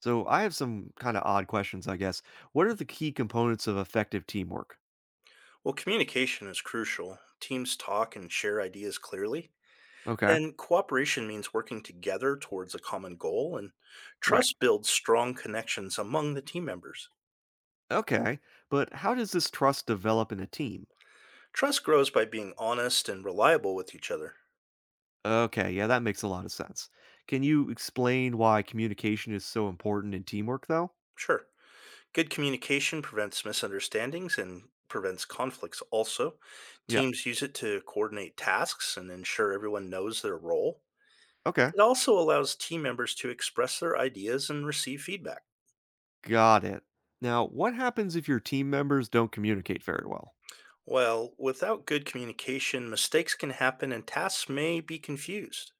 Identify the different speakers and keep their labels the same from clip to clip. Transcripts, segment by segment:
Speaker 1: So I have some kind of odd questions, I guess. What are the key components of effective teamwork?
Speaker 2: While communication is crucial, teams talk and share ideas clearly.
Speaker 1: Okay,
Speaker 2: Then cooperation means working together towards a common goal, and
Speaker 1: right.
Speaker 2: trust builds strong connections among the team members.
Speaker 1: Okay, but how does this trust develop in a team?
Speaker 2: Trust grows by being honest and reliable with each other.
Speaker 1: Okay, yeah, that makes a lot of sense. Can you explain why communication is so important in teamwork, though?
Speaker 2: Sure, good communication prevents misunderstandings and prevents conflicts also.
Speaker 1: Yeah.
Speaker 2: Teams use it to coordinate tasks and ensure everyone knows their role.
Speaker 1: Okay,
Speaker 2: It also allows team members to express their ideas and receive feedback.
Speaker 1: got it. Now, what happens if your team members don't communicate very well?
Speaker 2: Well, without good communication, mistakes can happen and tasks may be confused.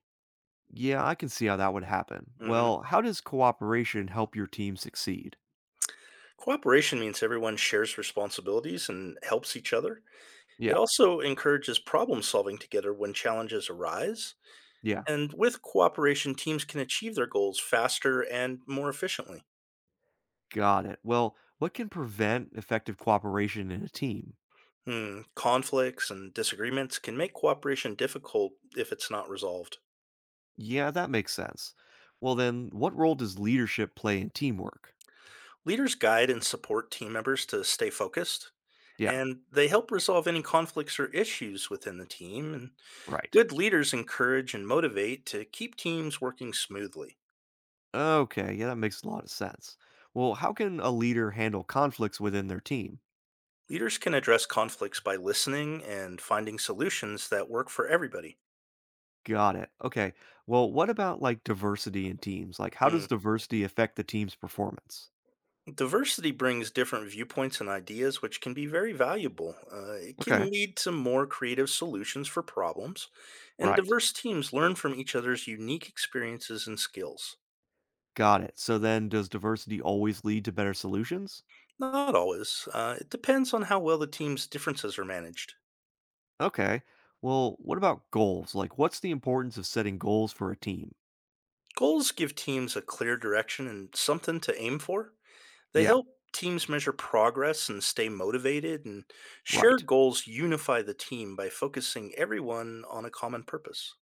Speaker 1: Yeah, I can see how that would happen.
Speaker 2: Mhm.
Speaker 1: Well, how does cooperation help your team succeed?
Speaker 2: Cooperation means everyone shares responsibilities and helps each other.
Speaker 1: Yeah.
Speaker 2: It also encourages problem solving together when challenges arise.
Speaker 1: Yeah.
Speaker 2: And with cooperation, teams can achieve their goals faster and more efficiently.
Speaker 1: Got it. Well, what can prevent effective cooperation in a team?
Speaker 2: Hmm. Conflicts and disagreements can make cooperation difficult if it's not resolved.
Speaker 1: Yeah, that makes sense. Well, then, what role does leadership play in teamwork?
Speaker 2: Leaders guide and support team members to stay focused,
Speaker 1: Yeah,
Speaker 2: and they help resolve any conflicts or issues within the team. And
Speaker 1: right.
Speaker 2: good leaders encourage and motivate to keep teams working smoothly.
Speaker 1: Okay, yeah, that makes a lot of sense. Well, how can a leader handle conflicts within their team?
Speaker 2: Leaders can address conflicts by listening and finding solutions that work for everybody.
Speaker 1: Got it. Okay. Well, what about like diversity in teams? Like, how does
Speaker 2: Mm.
Speaker 1: diversity affect the team's performance?
Speaker 2: Diversity brings different viewpoints and ideas, which can be very valuable. It can
Speaker 1: Okay,
Speaker 2: lead to more creative solutions for problems, and
Speaker 1: right.
Speaker 2: diverse teams learn from each other's unique experiences and skills.
Speaker 1: Got it. So then, does diversity always lead to better solutions?
Speaker 2: Not always. It depends on how well the team's differences are managed.
Speaker 1: Okay. Well, what about goals? Like, what's the importance of setting goals for a team?
Speaker 2: Goals give teams a clear direction and something to aim for. They
Speaker 1: Yeah,
Speaker 2: help teams measure progress and stay motivated, and
Speaker 1: right.
Speaker 2: shared goals unify the team by focusing everyone on a common purpose.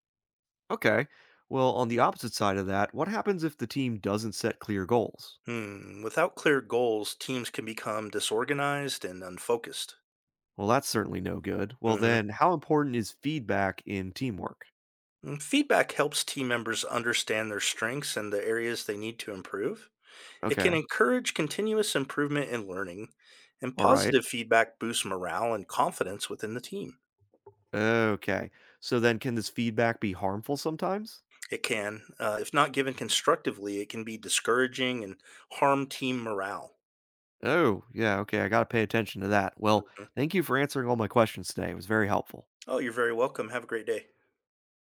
Speaker 1: Okay. Well, on the opposite side of that, what happens if the team doesn't set clear goals?
Speaker 2: Hmm. Without clear goals, teams can become disorganized and unfocused.
Speaker 1: Well, that's certainly no good. Well,
Speaker 2: Hmm.
Speaker 1: then, how important is feedback in teamwork?
Speaker 2: Feedback helps team members understand their strengths and the areas they need to improve. It can
Speaker 1: Okay.
Speaker 2: encourage continuous improvement in learning, and
Speaker 1: All right.
Speaker 2: positive feedback boosts morale and confidence within the team.
Speaker 1: Okay. So then, can this feedback be harmful sometimes?
Speaker 2: It can, if not given constructively, it can be discouraging and harm team morale.
Speaker 1: Oh, yeah. Okay. I got to pay attention to that. Well,
Speaker 2: Mhm.
Speaker 1: thank you for answering all my questions today. It was very helpful.
Speaker 2: Oh, you're very welcome. Have a great day.